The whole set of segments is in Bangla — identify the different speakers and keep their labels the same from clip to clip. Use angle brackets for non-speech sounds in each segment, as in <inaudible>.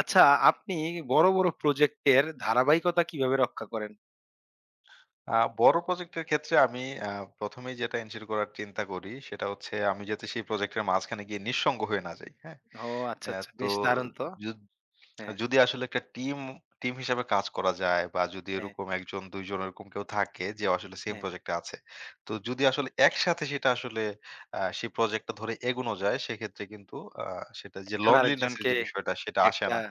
Speaker 1: আচ্ছা, আপনি বড়, বড় প্রজেক্টের ধারাবাহিকতা কিভাবে রক্ষা করেন?
Speaker 2: আ বড় প্রজেক্টের ক্ষেত্রে আমি আ ১ম এই যেটা এনশিওর করার চিন্তা করি সেটা হচ্ছে আমি যাতে সেই প্রজেক্টের মাঝখানে গিয়ে নিঃসঙ্গ হয়ে না যাই। হ্যাঁ?
Speaker 1: ও আচ্ছা, আচ্ছা।
Speaker 2: তো
Speaker 1: বেশ দারুণ তো।
Speaker 2: যদ
Speaker 1: হ্যাঁ,
Speaker 2: যদি আসলে একটা টিম, টিম হিসাবে কাজ করা যায় বা যদি
Speaker 1: হ্যাঁ,
Speaker 2: এরকম ১ জন ২ জন এরকম কেউ থাকে যে আসলে সেম
Speaker 1: হ্যাঁ।
Speaker 2: প্রজেক্টে আছে। তো যদি আসলে একসাথে সেটা আসলে সেই প্রজেক্টটা ধরে এগোনো যায় সেক্ষেত্রে কিন্তু আ সেটা যে
Speaker 1: একজন
Speaker 2: loneliness এর
Speaker 1: আরেকজনকে
Speaker 2: যে বিষয়টা সেটা আসে
Speaker 1: একটা
Speaker 2: না।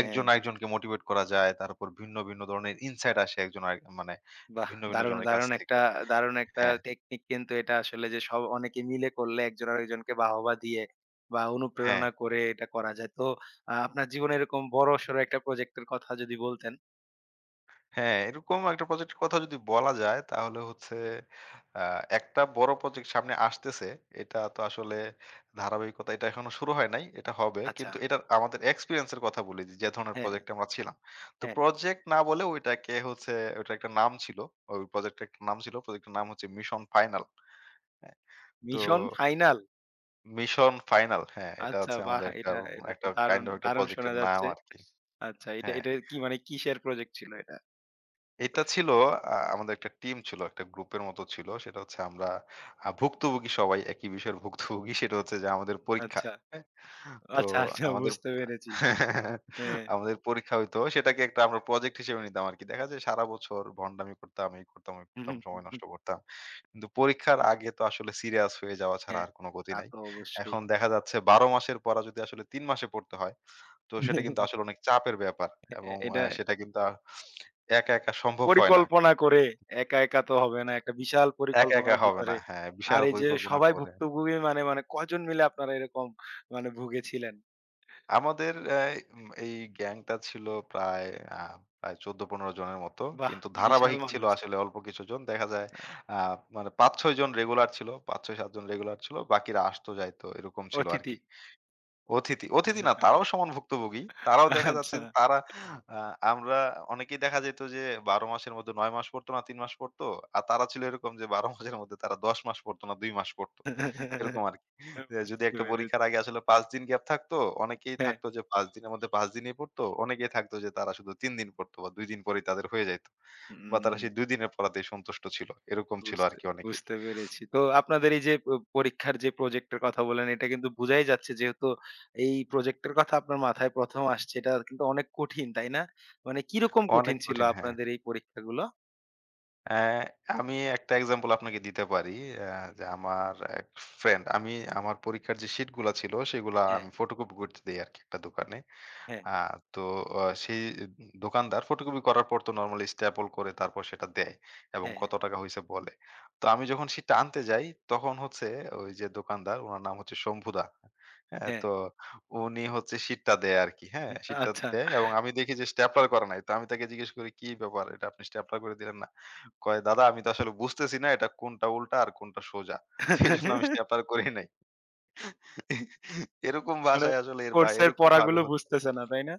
Speaker 2: একজন আরেকজনকে মোটিভেট করা যায়। তারপর ভিন্ন, ভিন্ন ধরনের ইনসাইট আসে একজন আরেক মানে
Speaker 1: বাহ!
Speaker 2: ভিন্ন, ভিন্ন
Speaker 1: দারুণ,
Speaker 2: জনের কাছ
Speaker 1: দারুণ
Speaker 2: থেকে।
Speaker 1: একটা দারুণ একটা
Speaker 2: হ্যাঁ,
Speaker 1: টেকনিক, কিন্তু এটা আসলে যে সব অনেকে মিলে করলে একজন আরেকজনকে বাহবা দিয়ে বা
Speaker 2: হ্যাঁ।
Speaker 1: অনুপ্রেরণা করে এটা করা যায়। তো আপনার জীবনে এরকম বড়সড় একটা প্রজেক্টের কথা যদি বলতেন?
Speaker 2: হ্যাঁ, এরকম একটা প্রজেক্টের কথা যদি বলা যায় তাহলে হচ্ছে আ একটা বড় প্রজেক্ট সামনে আসতেছে। এটা তো আসলে ধারাবাহিকতা এটা এখনো শুরু হয় নাই। এটা হবে।
Speaker 1: আচ্ছা।
Speaker 2: কিন্তু এটার আমাদের এক্সপেরিয়েন্স এর কথা বলি যে, যে ধরনের
Speaker 1: হ্যাঁ, হ্যাঁ,
Speaker 2: প্রজেক্টে আমরা ছিলাম। তো
Speaker 1: হ্যাঁ।
Speaker 2: প্রজেক্ট না বলে ওইটাকে হচ্ছে ওইটার একটা নাম ছিল। ওই প্রজেক্টের একটা নাম ছিল। প্রজেক্টের নাম হচ্ছে মিশন ফাইনাল। হ্যাঁ? তো
Speaker 1: মিশন ফাইনাল?
Speaker 2: মিশন ফাইনাল, হ্যাঁ, এটা
Speaker 1: আচ্ছা
Speaker 2: হচ্ছে
Speaker 1: বাহ!
Speaker 2: আমাদের একটা,
Speaker 1: এটা তো
Speaker 2: একটা কাইন্ড
Speaker 1: দারুণ,
Speaker 2: অফ একটা
Speaker 1: দারুণ শোনা
Speaker 2: প্রজেক্টের নাম
Speaker 1: যাচ্ছে।
Speaker 2: আরকি।
Speaker 1: আচ্ছা, এটা
Speaker 2: হ্যাঁ।
Speaker 1: এটা কি মানে কিসের প্রজেক্ট ছিল এটা?
Speaker 2: এটা ছিল আমাদের একটা টিম ছিল, একটা গ্রুপের মতো ছিল। সেটা হচ্ছে আমরা ভুক্তভোগী সবাই একই বিষয়ের ভুক্তভোগী। সেটা হচ্ছে যে আমাদের পরীক্ষা।
Speaker 1: আচ্ছা,
Speaker 2: হ্যাঁ? তো
Speaker 1: আচ্ছা, আচ্ছা
Speaker 2: আমাদের
Speaker 1: বুঝতে পেরেছি।
Speaker 2: <laughs>
Speaker 1: হ্যাঁ।
Speaker 2: আমাদের পরীক্ষা হইতো। সেটাকে একটা আমরা প্রজেক্ট হিসেবে নিতাম আরকি। দেখা যায় সারা বছর ভন্ডামি করতাম, এই করতাম, ওই করতাম, সময় নষ্ট করতাম। কিন্তু পরীক্ষার আগে তো আসলে সিরিয়াস হয়ে যাওয়া ছাড়া
Speaker 1: হ্যাঁ,
Speaker 2: আর কোন গতি
Speaker 1: তা
Speaker 2: নাই।
Speaker 1: তো
Speaker 2: এখন
Speaker 1: অবশ্যই।
Speaker 2: দেখা যাচ্ছে ১২ মাসের পড়া যদি আসলে ৩ মাসে পড়তে হয় তো সেটা কিন্তু আসলে অনেক চাপের ব্যাপার এবং
Speaker 1: হ্যাঁ, এটা
Speaker 2: সেটা কিন্তু একা, একা সম্ভব হয় না।
Speaker 1: পরিকল্পনা করে একা, একা তো হবে না। একটা বিশাল
Speaker 2: একা, একা
Speaker 1: পরিকল্পনার
Speaker 2: হবে না।
Speaker 1: ভিতরে।
Speaker 2: হ্যাঁ, বিশাল
Speaker 1: আর এই যে
Speaker 2: পরিকল্পনা
Speaker 1: সবাই
Speaker 2: করে।
Speaker 1: ভুক্তভোগী মানে, মানে কয়জন মিলে আপনারা এরকম মানে ভুগেছিলেন?
Speaker 2: আমাদের এই গ্যাংটা ছিল প্রায় আ প্রায় ১৪-১৫ জনের মতো।
Speaker 1: বাহ!
Speaker 2: কিন্তু
Speaker 1: বিশাল
Speaker 2: ধারাবাহিক ছিল
Speaker 1: মানুষ তো।
Speaker 2: আসলে অল্প কিছুজন। দেখা যায়
Speaker 1: আ
Speaker 2: আ মানে ৫-৬ জন রেগুলার ছিল। ৫-৬-৭ জন রেগুলার ছিল। বাকিরা আসতো যাইতো এরকম ছিল
Speaker 1: অতিথি।
Speaker 2: আরকি। অতিথি, অতিথি না তারাও সমান ভুক্তভোগী। তারাও দেখা যাচ্ছে
Speaker 1: আচ্ছা।
Speaker 2: যে তারা আ আমরা অনেকেই দেখা যেত যে ১২ মাসের মধ্যে ৯ মাস পড়তো না ৩ মাস পড়তো। আর তারা ছিল এরকম যে ১২ মাসের মধ্যে তারা ১০ মাস পড়তো না ২ মাস পড়তো। এরকম আরকি। যে
Speaker 1: বুঝতে
Speaker 2: যদি একটা
Speaker 1: পেরেছি।
Speaker 2: পরীক্ষার আগে আসলে ৫ দিন গ্যাপ থাকতো, অনেকেই
Speaker 1: হ্যাঁ।
Speaker 2: থাকতো যে ৫ দিনের মধ্যে ৫ দিনই পড়তো। অনেকেই থাকতো যে তারা শুধু ৩ দিন পড়তো বা ২ দিন পরেই তাদের হয়ে যাইত। বা তারা
Speaker 1: হুম।
Speaker 2: সেই ২ দিনের পড়াতেই সন্তুষ্ট ছিল। এরকম ছিল
Speaker 1: বুঝতে
Speaker 2: আরকি অনেকেই।
Speaker 1: বুঝতে পেরেছি। তো আপনাদের এই যে প পরীক্ষার যে প্রজেক্টের কথা বললেন, এটা কিন্তু বুঝাই যাচ্ছে, যেহেতু এই প্রজেক্টের কথা আপনার মাথায় ১ম আসছে। এটা কিন্তু অনেক কঠিন, তাই না? মানে কিরকম
Speaker 2: অনেক
Speaker 1: কঠিন ছিল
Speaker 2: কঠিন, হ্যাঁ।
Speaker 1: আপনাদের এই পরীক্ষাগুলো?
Speaker 2: অ্যা আমি একটা এক্সাম্পল আপনাকে দিতে পারি। অ্যা যে আমার এক ফ্রেন্ড আমি আমার পরীক্ষার যে শিটগুলা ছিল সেগুলা
Speaker 1: হ্যাঁ,
Speaker 2: আমি ফটোকপি করতে দেই আরকি একটা দোকানে।
Speaker 1: হ্যাঁ,
Speaker 2: হ্যাঁ, তো সেই দোকানদার ফটোকপি করার পর তো নরমালি স্ট্যাপল করে তারপর সেটা দেয় এবং
Speaker 1: হ্যাঁ, হ্যাঁ,
Speaker 2: কত টাকা হইছে বলে। তো আমি যখন সেটা আনতে যাই তখন হচ্ছে ওই যে দোকানদার উনার নাম হচ্ছে শম্ভুদা। হ্যাঁ,
Speaker 1: হ্যাঁ।
Speaker 2: তো উনি হচ্ছে শীটটা দেয় আরকি। হ্যাঁ,
Speaker 1: হ্যাঁ,
Speaker 2: শীটটা
Speaker 1: আচ্ছা।
Speaker 2: দেয় এবং আমি দেখি যে স্ট্যাপলার করা নাই। তো আমি তাকে জিজ্ঞেস করি, "কি ব্যাপার? এটা আপনি স্ট্যাপলার করে দিলেন না?" কয়, "দাদা আমি তো আসলে বুঝতেছি না এটা কোনটা উল্টা আর কোনটা সোজা। তো এজন্য আমি
Speaker 1: <laughs>
Speaker 2: স্ট্যাপলার করি নাই।" এরকম
Speaker 1: মানে
Speaker 2: ভাষায় আসলে এর বা
Speaker 1: কোর্সের
Speaker 2: এরকম ভাবে
Speaker 1: পড়াগুলো
Speaker 2: হচ্ছে
Speaker 1: বুঝতেছে না, তাই না?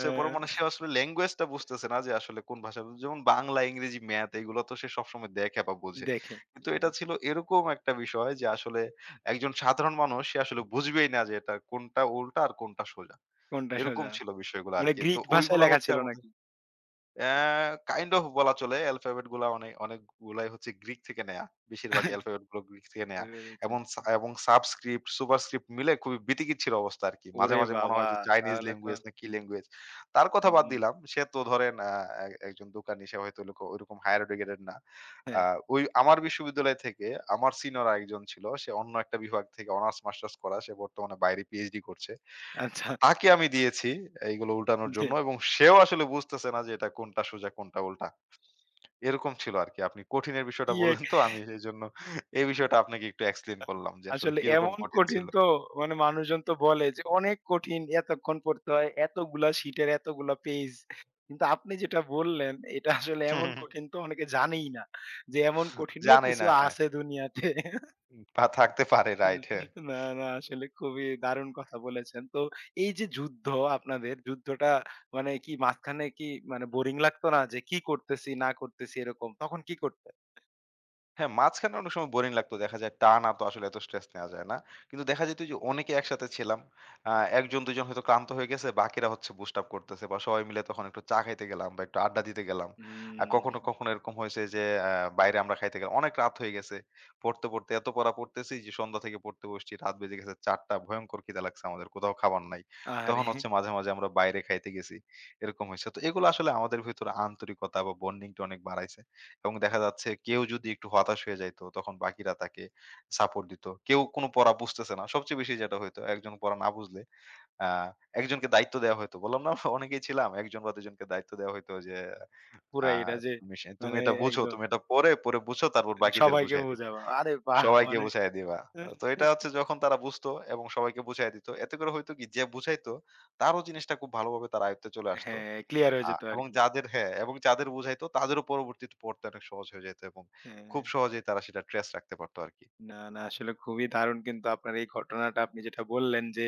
Speaker 1: আ
Speaker 2: পরেও মানে সে আসলে ল্যাঙ্গুয়েজটা বুঝতেছে না যে আসলে কোন ভাষা। যেমন বাংলা, ইংরেজি, ম্যাথ এগুলো তো সে সবসময় দেখে বা বোঝে।
Speaker 1: দেখে।
Speaker 2: কিন্তু এটা
Speaker 1: হুম,
Speaker 2: ছিল এরকম একটা বিষয় যে আসলে একজন সাধারণ মানুষ সে আসলে বুঝবেই না যে এটা কোনটা উল্টা আর কোনটা সোজা।
Speaker 1: কোনটা
Speaker 2: এরকম
Speaker 1: সোজা?
Speaker 2: ছিল বিষয়গুলো
Speaker 1: মানে
Speaker 2: আরকি। তো
Speaker 1: গ্রিক ভাষায়
Speaker 2: ওইগুলা
Speaker 1: লেখা
Speaker 2: হচ্ছে
Speaker 1: ছিল
Speaker 2: আমাদের
Speaker 1: নাকি?
Speaker 2: অ্যা কাইন্ড অফ বলা চলে। অ্যালফাবেট গুলা অনেক অনেকগুলাই হচ্ছে গ্রিক থেকে নেয়া। বেশিরভাগ
Speaker 1: <laughs>
Speaker 2: অ্যালফাবেট গুলো গ্রিক থেকে
Speaker 1: বুঝতে
Speaker 2: নেয়া।
Speaker 1: পেরেছি।
Speaker 2: এবং সাবস্ক্রিপ্ট, সুপারস্ক্রিপ্ট মিলে খুবই বিতিকিচ্ছির অবস্থা আরকি। মাঝে,
Speaker 1: ওরে
Speaker 2: মাঝে মনে
Speaker 1: বাবা!
Speaker 2: হয় যে চাইনিজ
Speaker 1: তাহলে তো
Speaker 2: ল্যাঙ্গুয়েজ না কি ল্যাঙ্গুয়েজ। তার কথা বাদ
Speaker 1: হুম,
Speaker 2: দিলাম। সে তো ধরেন আ এ একজন দোকানি সে হয়তো ওইরকম ওইরকম হায়ার এডুকেটেড না। আ
Speaker 1: হ্যাঁ।
Speaker 2: ওই আমার বিশ্ববিদ্যালয় থেকে আমার সিনিয়র আরেকজন ছিল। সে অন্য একটা বিভাগ থেকে অনার্স মাস্টার্স করা। সে বর্তমানে বাইরে পিএইচডি করছে।
Speaker 1: আচ্ছা,
Speaker 2: তাকে আমি দিয়েছি এইগুলো উল্টানোর
Speaker 1: জি।
Speaker 2: জন্য এবং সেও আসলে বুঝতেছে না যে এটা কোনটা সোজা কোনটা উল্টা। এরকম ছিল আরকি। আপনি কঠিনের বিষয়টা
Speaker 1: কি এক
Speaker 2: বললেন তো আমি এইজন্য এই বিষয়টা আপনাকে একটু এক্সপ্লেইন করলাম যে আসলে
Speaker 1: আসলে
Speaker 2: কিরকম
Speaker 1: এমন
Speaker 2: কঠিন
Speaker 1: কঠিন
Speaker 2: ছিল।
Speaker 1: তো মানে মানুষজন তো বলে যে অনেক কঠিন, এতক্ষণ পড়তে হয় এতগুলা শীটের এতগুলা পেজ, কিন্তু আপনি যেটা বললেন এটা আসলে
Speaker 2: হুম, হুম,
Speaker 1: এমন
Speaker 2: হুম।
Speaker 1: কঠিন তো অনেকে জানেই না, যে এমন কঠিনও
Speaker 2: জানে
Speaker 1: কিছু
Speaker 2: না, হ্যাঁ,
Speaker 1: আছে দুনিয়াতে।
Speaker 2: পা থাকতে পারে রাইট হ্যাঁ।
Speaker 1: না, না আসলে খুবই দারুণ কথা বলেছেন তো। এই যে যুদ্ধ, আপনাদের যুদ্ধটা, মানে কি মাঝখানে কি মানে বোরিং লাগতো না যে কি করতেছি না করতেছি এরকম, তখন কি করতে?
Speaker 2: হ্যাঁ, মাঝখানে অনেক সময় বোরিং লাগতো। দেখা যায় টানা তো আসলে এত স্ট্রেস নেয়া যায় না। কিন্তু দেখা যেত যে অনেকে একসাথে ছিলাম। আ ১ জন ২ জন হয়তো ক্লান্ত হয়ে গেছে, বাকিরা হচ্ছে বুস্ট আপ করতেছে বা সবাই মিলে তখন একটু চা খাইতে গেলাম বা একটু আড্ডা দিতে গেলাম। আর
Speaker 1: হুম।
Speaker 2: কখনো, কখনো এরকম হয়েছে যে বাইরে আমরা খাইতে গেলাম। অনেক রাত হয়ে গেছে। পড়তে, পড়তে এত পড়া পড়তেছি যে সন্ধ্যা থেকে পড়তে বসছি। রাত বেজে গেছে ৪টা, ভয়ংকর খিদা লাগছে আমাদের। কোথাও খাবার নাই। তখন
Speaker 1: আরে
Speaker 2: হচ্ছে মাঝে, মাঝে আমরা বাইরে খাইতে গেছি। এরকম হইছে। তো এগুলো আসলে আমাদের ভেতরে আন্তরিকতা বা বন্ডিংটা অনেক বাড়াইছে। এবং দেখা যাচ্ছে কেউ যদি একটু হতাশ হয়ে যাইতো তখন বাকিরা তাকে সাপোর্ট দিত। কেউ কোনো পড়া বুঝতেছে না। সবচেয়ে বেশি যেটা হইতো একজন পড়া না বুঝলে আ একজনকে দায়িত্ব দেয়া হইতো। বললাম না আমরা অনেকেই ছিলাম। ১ জন বা ২ জনকে দায়িত্ব দেয়া হইতো যে আ
Speaker 1: পুরাই এটা যে
Speaker 2: তুমি সে তুমি
Speaker 1: মানে
Speaker 2: এটা বুঝো,
Speaker 1: একদম
Speaker 2: তুমি এটা পড়ে, পড়ে বুঝো তারপর বাকিদের
Speaker 1: সবাইকে
Speaker 2: বুঝায় দিবা।
Speaker 1: বোঝাবো। আরে বাহ!
Speaker 2: সবাইকে
Speaker 1: মানে
Speaker 2: বুঝায় দিবা। তো এটা হচ্ছে যখন তারা বুঝতো এবং সবাইকে বুঝায় দিত। এতে করে হয়তো কি যে বুঝাইতো তারও জিনিসটা খুব ভালোভাবে তার আয়ত্তে চলে আসতো।
Speaker 1: হ্যাঁ, ক্লিয়ার হয়ে
Speaker 2: আ
Speaker 1: যেত
Speaker 2: এবং
Speaker 1: আরকি।
Speaker 2: যাদের হ্যাঁ, এবং যাদের বুঝাইতো তাদেরও পরবর্তীতে পড়তে অনেক সহজ হয়ে যেত এবং খুব
Speaker 1: হ্যাঁ।
Speaker 2: সহজেই তারা সেটা ট্রেস রাখতে পারতো আরকি।
Speaker 1: না, না আসলে খুবই দারুণ, কিন্তু আপনার এই ঘটনাটা আপনি যেটা বললেন যে,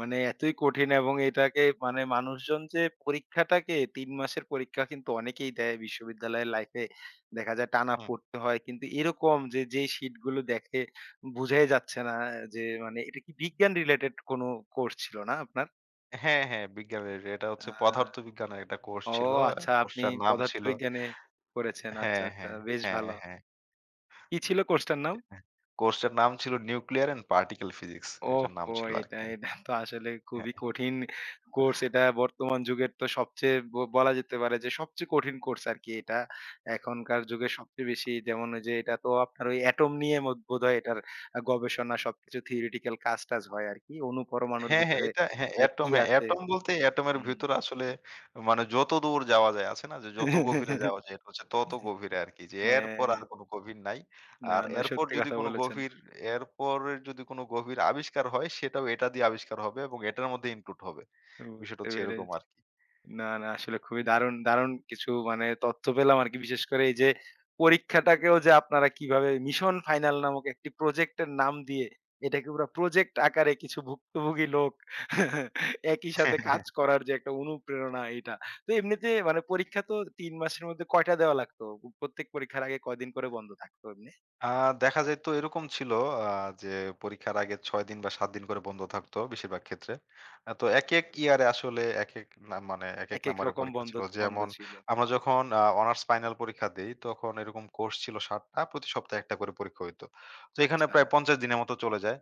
Speaker 1: মানে এতই কঠিন, এবং এটাকে মানে মানুষজন যে পরীক্ষাটাকে ৩ মাসের পরীক্ষা, কিন্তু অনেকেই দেয় বিশ্ববিদ্যালয়ের লাইফে। দেখা যায় টানা
Speaker 2: হুম।
Speaker 1: পড়তে হয়। কিন্তু এরকম যে, যে শিটগুলো দেখে বুঝাই যাচ্ছে না যে, মানে এটা কি বিজ্ঞান রিলেটেড কোনো কোর্স ছিল না আপনার?
Speaker 2: হ্যাঁ, হ্যাঁ, বিজ্ঞানের এটা
Speaker 1: আ
Speaker 2: হচ্ছে পদার্থবিজ্ঞানের একটা কোর্স
Speaker 1: ও
Speaker 2: ছিল।
Speaker 1: আচ্ছা, আপনি
Speaker 2: কোর্সটার নাম ছিল
Speaker 1: পদার্থবিজ্ঞানে পড়েছেন। আচ্ছা,
Speaker 2: হ্যাঁ,
Speaker 1: আচ্ছা
Speaker 2: হ্যাঁ,
Speaker 1: বেশ
Speaker 2: হ্যাঁ,
Speaker 1: ভালো।
Speaker 2: হ্যাঁ,
Speaker 1: কি ছিল কোর্সটার নাম?
Speaker 2: হ্যাঁ। কোর্সটার নাম ছিল নিউক্লিয়ার অ্যান্ড পার্টিকল ফিজিক্স। এটার নাম
Speaker 1: ওহহো!
Speaker 2: ছিল
Speaker 1: এটা,
Speaker 2: আরকি।
Speaker 1: এটা তো আসলে
Speaker 2: হ্যাঁ।
Speaker 1: খুবই কঠিন কোর্স। এটা বর্তমান যুগের তো সবচেয়ে ব বলা যেতে পারে যে সবচেয়ে কঠিন কোর্স আরকি এটা। এখনকার যুগে সবচেয়ে বেশি যেমন ওই যে এটা তো আপনার ওই এটম নিয়ে মো বোধহয় এটার গবেষণা সবকিছু theoretical কাজ-টাজ হয় আরকি। অণু পরমাণুর
Speaker 2: হ্যাঁ, হ্যাঁ,
Speaker 1: ভিতরে
Speaker 2: এটা হ্যাঁ, এটম,
Speaker 1: কি
Speaker 2: হ্যাঁ,
Speaker 1: আছে?
Speaker 2: এটম বলতে এটমের
Speaker 1: হুম।
Speaker 2: ভিতরে আসলে মানে যতদূর যাওয়া যায় আছে না? যে যত গভীরে যাওয়া
Speaker 1: <laughs>
Speaker 2: যায় এটা হচ্ছে তত গভীরে আরকি। যে এরপর আর
Speaker 1: হ্যাঁ,
Speaker 2: কোনো গভীর নাই।
Speaker 1: না,
Speaker 2: আর
Speaker 1: না
Speaker 2: এরপর
Speaker 1: সত্যি
Speaker 2: যদি
Speaker 1: কথা
Speaker 2: কোনো
Speaker 1: বলেছেন।
Speaker 2: গভীর এরপরের যদি কোনো গভীর আবিষ্কার হয় সেটাও এটা দিয়ে আবিষ্কার হবে এবং এটার মধ্যে ইনক্লুড হবে। বিষয়টা
Speaker 1: বুঝতে
Speaker 2: হচ্ছে এরকম
Speaker 1: পেরেছি।
Speaker 2: আরকি।
Speaker 1: না, না আসলে খুবই দারুণ, দারুণ কিছু মানে তথ্য পেলাম আরকি। বিশেষ করে এই যে পরীক্ষাটাকেও যে আপনারা কিভাবে মিশন ফাইনাল নামক একটি প্রজেক্টের নাম দিয়ে এটাকে পুরা প্রজেক্ট আকারে কিছু ভুক্তভোগী লোক <laughs> একই সাথে কাজ
Speaker 2: <laughs>
Speaker 1: করার যে একটা অনুপ্রেরণা এটা। তো এমনিতে মানে পরীক্ষা তো ৩ মাসের মধ্যে কয়টা দেওয়া লাগতো? প্রত্যেক পরীক্ষার আগে কয়দিন করে বন্ধ থাকতো এমনি?
Speaker 2: আ দেখা যেত এরকম ছিল আ যে পরীক্ষার আগে ৬ দিন বা ৭ দিন করে বন্ধ থাকতো বেশিরভাগ ক্ষেত্রে। তো একেক ইয়ারে আসলে একেক না মানে একেক
Speaker 1: একেক
Speaker 2: নাম্বারের
Speaker 1: রকম
Speaker 2: পরীক্ষা
Speaker 1: বন্ধ
Speaker 2: ছিল।
Speaker 1: বন্ধ
Speaker 2: যেমন
Speaker 1: ছিল।
Speaker 2: আমরা যখন অনার্স ফাইনাল পরীক্ষা দেই তখন এরকম কোর্স ছিল ৭ টা, প্রতি সপ্তাহে একটা করে পরীক্ষা হইতো। তো এখানে
Speaker 1: আচ্ছা।
Speaker 2: প্রায় ৫০ দিনের মতো চলে যায়।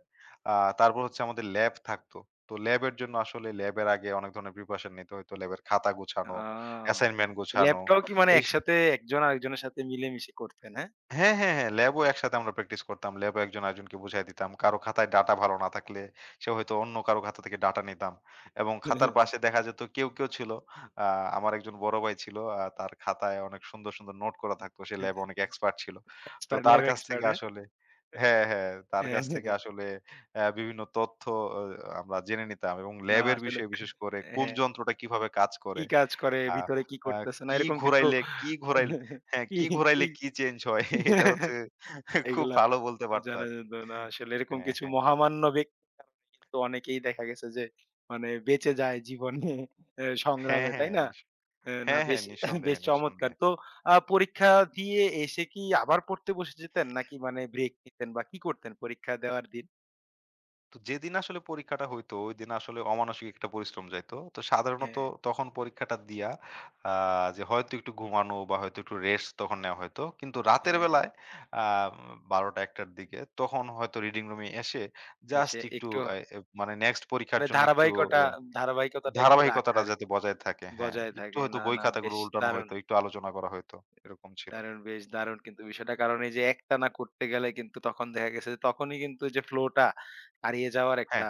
Speaker 2: আ তারপর হচ্ছে আমাদের ল্যাব থাকতো। তো ল্যাবের জন্য আসলে ল্যাবের আগে অনেক ধরনের প্রিপারেশন নিতে হইতো। ল্যাবের খাতা গোছানো,
Speaker 1: আ
Speaker 2: অ্যাসাইনমেন্ট গোছানো।
Speaker 1: ল্যাবটাও কি মানে
Speaker 2: এই
Speaker 1: একসাথে একজন আরেকজনের সাথে মিলেমিশে করতেন, হ্যাঁ?
Speaker 2: হ্যাঁ, হ্যাঁ, হ্যাঁ। ল্যাবও একসাথে আমরা প্র্যাকটিস করতাম। ল্যাবও একজন আরেকজনকে বুঝায় দিতাম। কারো খাতায় ডাটা ভালো না থাকলে সে হয়তো অন্য কারো খাতা থেকে ডাটা নিতাম। এবং খাতার
Speaker 1: <laughs>
Speaker 2: পাশে দেখা যেত কেউ, কেউ ছিল আ আমার একজন বড় ভাই ছিল। তার খাতায় অনেক সুন্দর, সুন্দর নোট করা থাকতো। সে ল্যাবে অনেক এক্সপার্ট ছিল। তো
Speaker 1: এক্সপার্ট,
Speaker 2: তার
Speaker 1: ল্যাব
Speaker 2: কাছ থেকে
Speaker 1: এক্সপার্ট হ্যাঁ?
Speaker 2: আসলে হ্যাঁ, হ্যাঁ।
Speaker 1: <laughs>
Speaker 2: তার
Speaker 1: হ্যাঁ,
Speaker 2: কাছ থেকে আসলে বিভিন্ন তথ্য অ আমরা জেনে নিতাম এবং
Speaker 1: না
Speaker 2: ল্যাবের
Speaker 1: আসলে
Speaker 2: বিষয়ে বিশেষ করে কোন
Speaker 1: হ্যাঁ,
Speaker 2: যন্ত্রটা কিভাবে কাজ
Speaker 1: কি
Speaker 2: করে
Speaker 1: কাজ করে,
Speaker 2: আ
Speaker 1: ভিতরে কি
Speaker 2: আ
Speaker 1: করতেছে না
Speaker 2: কি
Speaker 1: এরকম কিছু
Speaker 2: ঘোরাইলে, কি ঘোরাইলে, হ্যাঁ,
Speaker 1: কি
Speaker 2: কি ঘোরাইলে
Speaker 1: কি
Speaker 2: কি চেঞ্জ হয় <laughs> এটা হচ্ছে
Speaker 1: <laughs>
Speaker 2: খুব
Speaker 1: এগুলা
Speaker 2: ভালো বলতে পারতো
Speaker 1: জানা
Speaker 2: আরকি।
Speaker 1: যেত না। আসলে এরকম
Speaker 2: হ্যাঁ,
Speaker 1: কিছু
Speaker 2: হ্যাঁ।
Speaker 1: মহামান্য ব্যক্তির কারণে কিন্তু অনেকেই দেখা গেছে যে মানে বেঁচে যায় জীবনে এ
Speaker 2: হ্যাঁ,
Speaker 1: সংগ্রামে, তাই
Speaker 2: হ্যাঁ।
Speaker 1: না? এ না
Speaker 2: হ্যাঁ, হ্যাঁ।
Speaker 1: বেশ <laughs>
Speaker 2: নিঃসন্দেহে,
Speaker 1: বেশ চমৎকার।
Speaker 2: নিঃসন্দেহে।
Speaker 1: তো পরীক্ষা দিয়ে এসে কি আবার পড়তে বসে যেতেন নাকি মানে ব্রেক নিতেন বা কি করতেন পরীক্ষা দেওয়ার দিন?
Speaker 2: তো যেদিন আসলে পরীক্ষাটা হইতো ঐদিন আসলে অমানসিক একটা পরিশ্রম যাইতো। তো সাধারণত
Speaker 1: হ্যাঁ,
Speaker 2: তখন পরীক্ষাটা দিয়া আ যে হয়তো একটু ঘুমানো বা হয়তো একটু রেস্ট তখন নেওয়া হয়তো। কিন্তু রাতের
Speaker 1: হ্যাঁ,
Speaker 2: বেলায় আ ১২টা-১টা র দিকে তখন হয়তো রিডিং রুমে এসে জাস্ট
Speaker 1: এসে
Speaker 2: একটু
Speaker 1: একটু
Speaker 2: আ এ মানে নেক্সট পরীক্ষার
Speaker 1: মানে
Speaker 2: জন্য একটু
Speaker 1: ধারাবাহিকতা একটু রাখা
Speaker 2: ধারাবাহিকতাটা
Speaker 1: আরকি
Speaker 2: যাতে বজায় থাকে। হ্যাঁ,
Speaker 1: বজায়
Speaker 2: একটু
Speaker 1: থাকে।
Speaker 2: হয়তো
Speaker 1: না,
Speaker 2: বই
Speaker 1: না
Speaker 2: খাতাগুলো
Speaker 1: বেশ
Speaker 2: উল্টানো
Speaker 1: দারুণ।
Speaker 2: হইতো, একটু আলোচনা করা হইতো। এরকম ছিল।
Speaker 1: দারুণ! বেশ দারুণ কিন্তু বিষয়টা। কারণ এই যে একটানা করতে গেলে কিন্তু তখন দেখা গেছে যে তখনই কিন্তু যে ফ্লো টা হারিয়ে যাওয়ার
Speaker 2: হ্যাঁ,
Speaker 1: একটা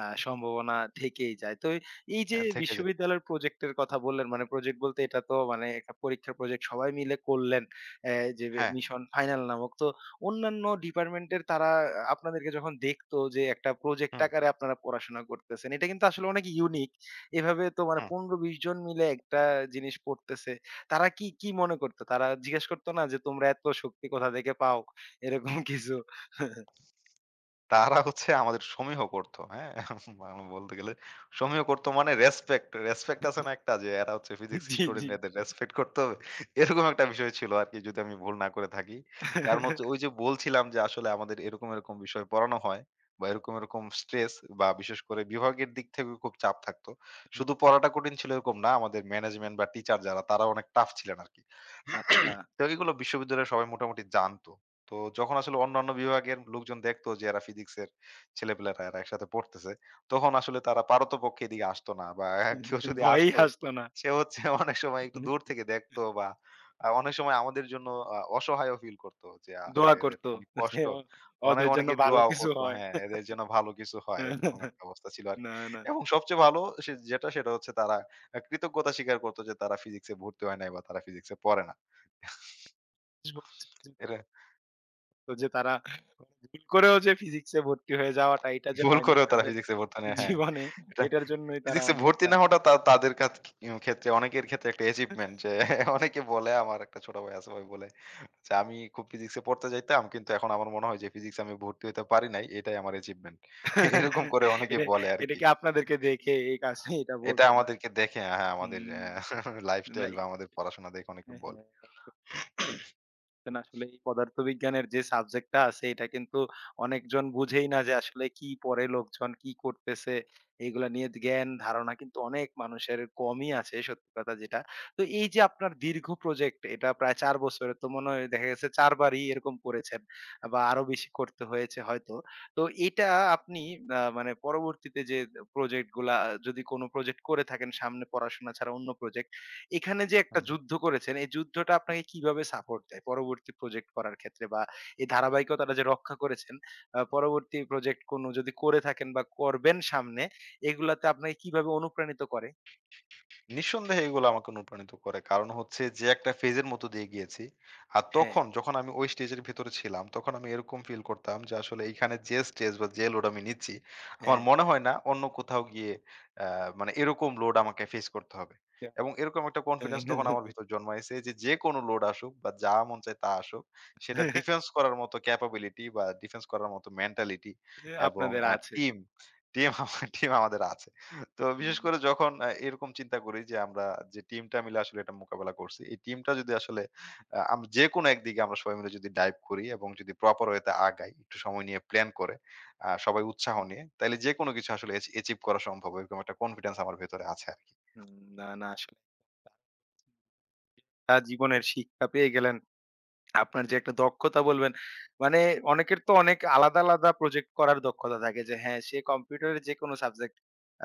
Speaker 1: সম্ভাবনা থেকেই যায়। তো এই যে
Speaker 2: থেকে যায়।
Speaker 1: বিশ্ববিদ্যালয়ের প্রজেক্ট এর কথা বললেন, মানে প্রজেক্ট বলতে এটা তো মানে একটা পরীক্ষার প্রজেক্ট সবাই মিলে করলেন। যে
Speaker 2: হ্যাঁ,
Speaker 1: মিশন ফাইনাল নামক। তো অন্যান্য ডিপার্টমেন্টের তারা আপনাদেরকে যখন দেখতো যে একটা প্রজেক্ট
Speaker 2: হুম,
Speaker 1: আকারে আপনারা পড়াশোনা করতেছেন, এটা কিন্তু আসলে অনেক ইউনিক। এভাবে তো মানে
Speaker 2: হুম।
Speaker 1: ১৫-২০ জন মিলে একটা জিনিস পড়তেছে। তারা কি, কি মনে করত? তারা জিজ্ঞেস করত না যে, "তোমরা এত শক্তি কোথা থেকে পাও?" এরকম কিছু?
Speaker 2: তারা হচ্ছে আমাদের সমীহ করত। হ্যাঁ? বাংলা বলতে গেলে সমীহ করত মানে রেসপেক্ট, রেসপেক্ট আছে না একটা যে এরা হচ্ছে ফিজিক্স
Speaker 1: জি,
Speaker 2: স্টুডেন্ট
Speaker 1: জি।
Speaker 2: এদের রেসপেক্ট করতে হবে। এরকম একটা বিষয় ছিল আরকি যদি আমি ভুল না করে থাকি। কারণ হচ্ছে ওই যে বলছিলাম যে আসলে আমাদের এরকম, এরকম বিষয় পড়ানো হয় বা এরকম, এরকম স্ট্রেস বা বিশেষ করে বিভাগের দিক থেকেও খুব চাপ থাকতো। শুধু পড়াটা কঠিন ছিল এরকম না, আমাদের ম্যানেজমেন্ট বা টিচার যারা তারা অনেক টাফ ছিলেন আরকি।
Speaker 1: আচ্ছা।
Speaker 2: তো এগুলো বিশ্ববিদ্যালয়ে সবাই মোটামুটি জানতো। তো যখন আসলে অন্যান্য বিভাগের লোকজন দেখতো যে এরা ফিজিক্সের ছেলেপেলেরা এরা একসাথে পড়তেছে, তখন আসলে তারা পারতপক্ষে এদিকে আসতো না বা <laughs> কেউ যদি
Speaker 1: ভয়েই
Speaker 2: আসতো
Speaker 1: হাসত না।
Speaker 2: সে হচ্ছে <laughs> অনেক সময় একটু দূর থেকে দেখতো বা অনেক সময় আমাদের জন্য অসহায়ও ফিল করতো যে আসলে
Speaker 1: দোয়া
Speaker 2: এদের
Speaker 1: করত
Speaker 2: অনেক
Speaker 1: যে,
Speaker 2: কষ্ট।
Speaker 1: "ও
Speaker 2: অনেক
Speaker 1: ওদের জন্য
Speaker 2: অনেকেই
Speaker 1: ভালো
Speaker 2: দোয়াও
Speaker 1: কিছু
Speaker 2: করতো,
Speaker 1: হয়।"
Speaker 2: হ্যাঁ, এদের যেন ভালো কিছু হয় এরকম একটা অবস্থা ছিল আরকি।
Speaker 1: না, না।
Speaker 2: এবং সবচেয়ে ভালো সে যেটা সেটা হচ্ছে তারা কৃতজ্ঞতা স্বীকার করতো যে তারা ফিজিক্সে ভর্তি হয় নাই বা তারা ফিজিক্সে পড়ে না। এটা
Speaker 1: তো যে তারা ভুল করেও যে ফিজিক্সে ভর্তি হয়ে যাওয়াটা এটা যে
Speaker 2: ভুল
Speaker 1: হয় নাই
Speaker 2: করেও তারা
Speaker 1: তাদের
Speaker 2: ফিজিক্সে ভর্তি নেয়। হ্যাঁ,
Speaker 1: জীবনে,
Speaker 2: এটা
Speaker 1: এটার জন্যই তারা
Speaker 2: ফিজিক্সে ভর্তি
Speaker 1: অনেকটা
Speaker 2: না হওয়াটা তা তাদের কাছ ক্ষেত্রে অনেকের ক্ষেত্রে একটা অ্যাচিভমেন্ট যে <laughs> অনেকে বলে আমার একটা ছোট ভাই আছে ভাই বলে যে, "আমি খুব ফিজিক্সে পড়তে চাইতাম কিন্তু এখন আমার মনে হয় যে ফিজিক্সে আমি ভর্তি হইতে পারি নাই। এটাই আমার অ্যাচিভমেন্ট।" <laughs> এরকম
Speaker 1: <laughs>
Speaker 2: করে অনেকে
Speaker 1: এটা
Speaker 2: বলে
Speaker 1: এটা
Speaker 2: আরকি।
Speaker 1: কি আপনাদেরকে দেখে এই কাজ এটা
Speaker 2: এটা
Speaker 1: বলত না?
Speaker 2: আমাদেরকে দেখে, হ্যাঁ, আমাদের
Speaker 1: হুম। না
Speaker 2: লাইফস্টাইল <laughs> বা আমাদের পড়াশোনা দেখে অনেকে
Speaker 1: হ্যাঁ,
Speaker 2: বলে।
Speaker 1: হ্যাঁ। একদম। না, আসলে এই পদার্থবিজ্ঞানের যে সাবজেক্টটা আছে এটা কিন্তু অনেকজন বুঝেই না যে আসলে কি পড়ে লোকজন, কি করতেছে। এগুলা নিয়ে জ্ঞান ধারণা কিন্তু অনেক মানুষের কমই আছে সত্যি কথা যেটা। তো এই যে আপনার দীর্ঘ প্রজেক্ট, এটা প্রায় ৪ বছরের তো মনে হয়, দেখা গেছে ৪ বারই এরকম করেছেন বা আরো বেশি করতে হয়েছে হয়তো। তো এটা আপনি মানে পরবর্তীতে যে প্রজেক্ট গুলা যদি কোন প্রজেক্ট করে থাকেন সামনে পড়াশোনা ছাড়া অন্য প্রজেক্ট, এখানে যে একটা
Speaker 2: হুম।
Speaker 1: যুদ্ধ করেছেন, এই যুদ্ধটা আপনাকে কিভাবে সাপোর্ট দেয়? পরবর্তী প্রজেক্ট করার ক্ষেত্রে বা এই ধারাবাহিকতাটা যে রক্ষা করেছেন, পরবর্তী প্রজেক্ট কোনো যদি করে থাকেন বা করবেন সামনে, এগুলাতে আপনাকে কিভাবে অনুপ্রাণিত করে?
Speaker 2: নিঃসন্দেহে এগুলো আমাকে অনুপ্রাণিত করে। কারণ হচ্ছে যে একটা ফেজের মধ্য দিয়ে গিয়েছি। আর
Speaker 1: হ্যাঁ,
Speaker 2: তখন যখন আমি ওই স্টেজের ভেতরে ছিলাম, তখন আমি এরকম ফিল করতাম যে আসলে এইখানে যে স্টেজ বা যে লোড আমি নিচ্ছি, আমার
Speaker 1: হ্যাঁ।
Speaker 2: মনে হয় না অন্য কোথাও গিয়ে আ মানে এরকম লোড আমাকে ফেস করতে হবে। এবং এরকম একটা
Speaker 1: হ্যাঁ,
Speaker 2: কনফিডেন্স তখন আমার
Speaker 1: হ্যাঁ।
Speaker 2: ভিতর জন্মাইছে যে, যেকোনো লোড আসুক বা যা মন চায় তা আসুক, সেটা ডিফেন্স
Speaker 1: <laughs>
Speaker 2: করার মতো ক্যাপাবিলিটি বা ডিফেন্স করার মতো মেন্টালিটি এবং
Speaker 1: আপনাদের আছে।
Speaker 2: টিম <laughs> আমাদের আছে। তো বিশেষ
Speaker 1: হুম,
Speaker 2: করে যখন এরকম চিন্তা করি যে আমরা যে টিমটা মিলে আসলে এটা মোকাবেলা করছি, এই টিমটা যদি আসলে আ আম যেকোনো একদিকে আমরা সবাই মিলে যদি ডাইভ করি এবং যদি প্রপার ওয়েতে আগাই, একটু সময় নিয়ে প্ল্যান করে, সবাই উৎসাহ
Speaker 1: হুম,
Speaker 2: নিয়ে, তাইলে যেকোনো কিছু আসলে অ্যাচিভ করা সম্ভব। এরকম একটা কনফিডেন্স আমার ভেতরে আছে আরকি।
Speaker 1: হুম। না, না আসলে তা জীবনের শিক্ষা পেয়ে গেলেন। আপনার যে একটা দক্ষতা বলবেন, মানে অনেকের তো অনেক আলাদা, আলাদা প্রজেক্ট করার দক্ষতা থাকে যে হ্যাঁ, সে কম্পিউটারের যেকোনো সাবজেক্ট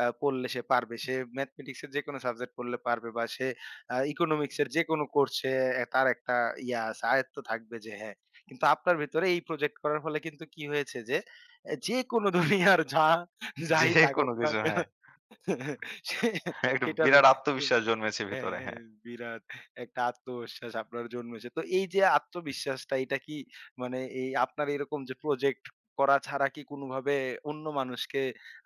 Speaker 1: পড়লে সে পারবে। সে ম্যাথমেটিক্স এর যেকোনো সাবজেক্ট পড়লে পারবে বা সে ইকোনমিক্স এর যেকোনো কোর্স সে তার একটা ইয়া আছে, আয়ত্ত থাকবে যে হ্যাঁ। কিন্তু আপনার ভেতরে এই প্রজেক্ট করার ফলে কিন্তু কি হয়েছে যে এ যেকোনো দুনিয়ার যা যাই থাকুক
Speaker 2: যেকোনো
Speaker 1: না
Speaker 2: কিছু,
Speaker 1: কেন
Speaker 2: হ্যাঁ,
Speaker 1: সে
Speaker 2: একটা
Speaker 1: সেটার
Speaker 2: বিরাট আত্মবিশ্বাস জন্মেছে
Speaker 1: হ্যাঁ,
Speaker 2: ভিতরে।
Speaker 1: হ্যাঁ,
Speaker 2: হ্যাঁ,
Speaker 1: বিরাট একটা আত্মবিশ্বাস আপনার জন্মেছে। তো এই যে আত্মবিশ্বাসটা এটা কি মানে এই আপনার এরকম যে প্রজেক্ট করা ছাড়া কি কোনোভাবে অন্য মানুষকে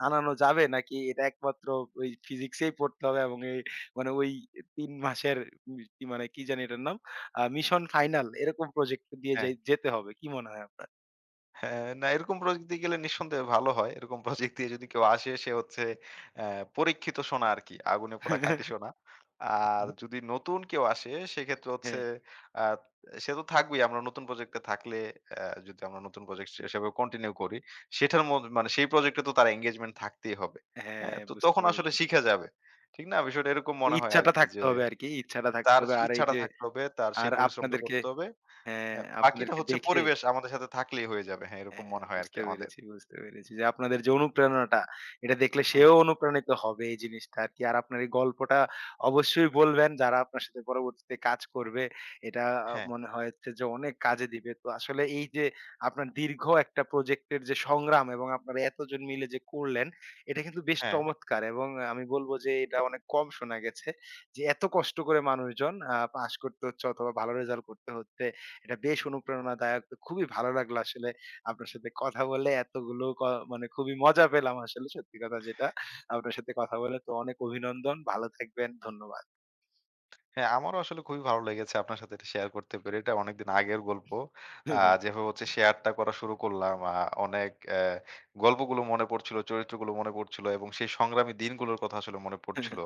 Speaker 1: আনানো যাবে? নাকি এটা একমাত্র ওই ফিজিক্সেই পড়তে হবে এবং এই মানে ওই ৩ মাসের মি মানে কি জানি এটার নাম? মিশন ফাইনাল এরকম প্রজেক্ট দিয়ে
Speaker 2: হ্যাঁ।
Speaker 1: যাই যেতে হবে। কি মনে হয় আপনার?
Speaker 2: হ্যাঁ, না এরকম প্রজেক্ট দিয়ে গেলে নিঃসন্দেহে ভালো হয়। এরকম প্রজেক্ট দিয়ে যদি কেউ আসে সে হচ্ছে অ্যা পরীক্ষিত সোনা আরকি। আগুনে পোড়া খাঁটি সোনা।
Speaker 1: <laughs>
Speaker 2: আর যদি নতুন কেউ আসে সেক্ষেত্রে হচ্ছে
Speaker 1: হ্যাঁ,
Speaker 2: আ সে তো থাকবেই। আমরা নতুন প্রজেক্টে থাকলে যদি আমরা নতুন প্রজেক্ট হিসেবে কন্টিনিউ করি সেটার মদ মানে সেই প্রজেক্টে তো তার এনগেজমেন্ট থাকতেই হবে। হ্যাঁ?
Speaker 1: হ্যাঁ
Speaker 2: তো
Speaker 1: বুঝতে
Speaker 2: তখন আসলে
Speaker 1: পেরেছি।
Speaker 2: শিখা যাবে। ঠিক না? বিষয়টা এরকম
Speaker 1: ওই
Speaker 2: মনে হয়
Speaker 1: ইচ্ছাটা
Speaker 2: আরকি
Speaker 1: থাকতে
Speaker 2: যে
Speaker 1: হবে আরকি। ইচ্ছাটা থাকতে
Speaker 2: তার
Speaker 1: হবে। আর এই
Speaker 2: ইচ্ছাটা
Speaker 1: যে
Speaker 2: থাকতে হবে, তার
Speaker 1: আর
Speaker 2: সেই পরিশ্রমটা
Speaker 1: আপনাদেরকে
Speaker 2: করতে হবে।
Speaker 1: হ্যাঁ,
Speaker 2: হ্যাঁ, বাকিটা
Speaker 1: আপনাদেরকে
Speaker 2: হচ্ছে
Speaker 1: দেখে?
Speaker 2: পরিবেশ আমাদের সাথে থাকলেই হয়ে যাবে। হ্যাঁ, এরকম
Speaker 1: হ্যাঁ,
Speaker 2: মনে হয় আরকি
Speaker 1: বুঝতে
Speaker 2: আমাদের।
Speaker 1: পেরেছি, বুঝতে পেরেছি। যে আপনাদের যে অনুপ্রেরণাটা, এটা দেখলে
Speaker 2: হুম,
Speaker 1: সেও অনুপ্রাণিত হবে এই জিনিসটা আরকি। আর আপনার এই গল্পটা অবশ্যই বলবেন যারা আপনার সাথে পরবর্তীতে কাজ করবে। এটা
Speaker 2: হ্যাঁ,
Speaker 1: মনে হচ্ছে যে অনেক কাজে দিবে। তো আসলে এই যে আপনার দীর্ঘ একটা প্রজেক্টের যে সংগ্রাম, এবং আপনারা এতজন মিলে যে করলেন, এটা কিন্তু বেশ
Speaker 2: হ্যাঁ।
Speaker 1: চমৎকার, এবং আমি বলব যে এটা অনেক কম শোনা গেছে। যে এত কষ্ট করে মানুষজন পাস করতে হচ্ছে অথবা ভালো রেজাল্ট করতে হচ্ছে। এটা বেশ অনুপ্রেরণাদায়ক। তো খুবই ভালো লাগলো আসলে আপনার সাথে কথা বলে এতগুলো ক মানে খুবই মজা পেলাম আসলে সত্যি কথা যেটা। আপনার সাথে কথা বলে তো অনেক অভিনন্দন। ভালো থাকবেন। ধন্যবাদ।
Speaker 2: হ্যাঁ, আমারও আসলে খুবই ভালো লেগেছে আপনার সাথে এটা শেয়ার করতে পেরে। এটা অনেকদিন আগের গল্প। আ
Speaker 1: <laughs>
Speaker 2: যেভাবে হচ্ছে শেয়ারটা করা শুরু করলাম, অনেক গল্পগুলো মনে পড়ছিল, চরিত্রগুলো মনে পড়ছিল এবং সেই সংগ্রামী দিনগুলোর কথা আসলে মনে পড়ছিল।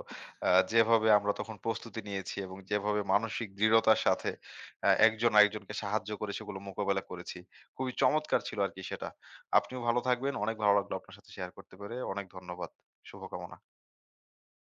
Speaker 2: যেভাবে আমরা তখন প্রস্তুতি নিয়েছি এবং যেভাবে মানসিক দৃঢ়তার সাথে একজন আরেকজনকে সাহায্য করে সেগুলো মোকাবেলা করেছি। খুবই চমৎকার ছিল আরকি সেটা। আপনিও ভালো থাকবেন। অনেক ভালো লাগলো আপনার সাথে শেয়ার করতে পেরে। অনেক ধন্যবাদ। শুভকামনা।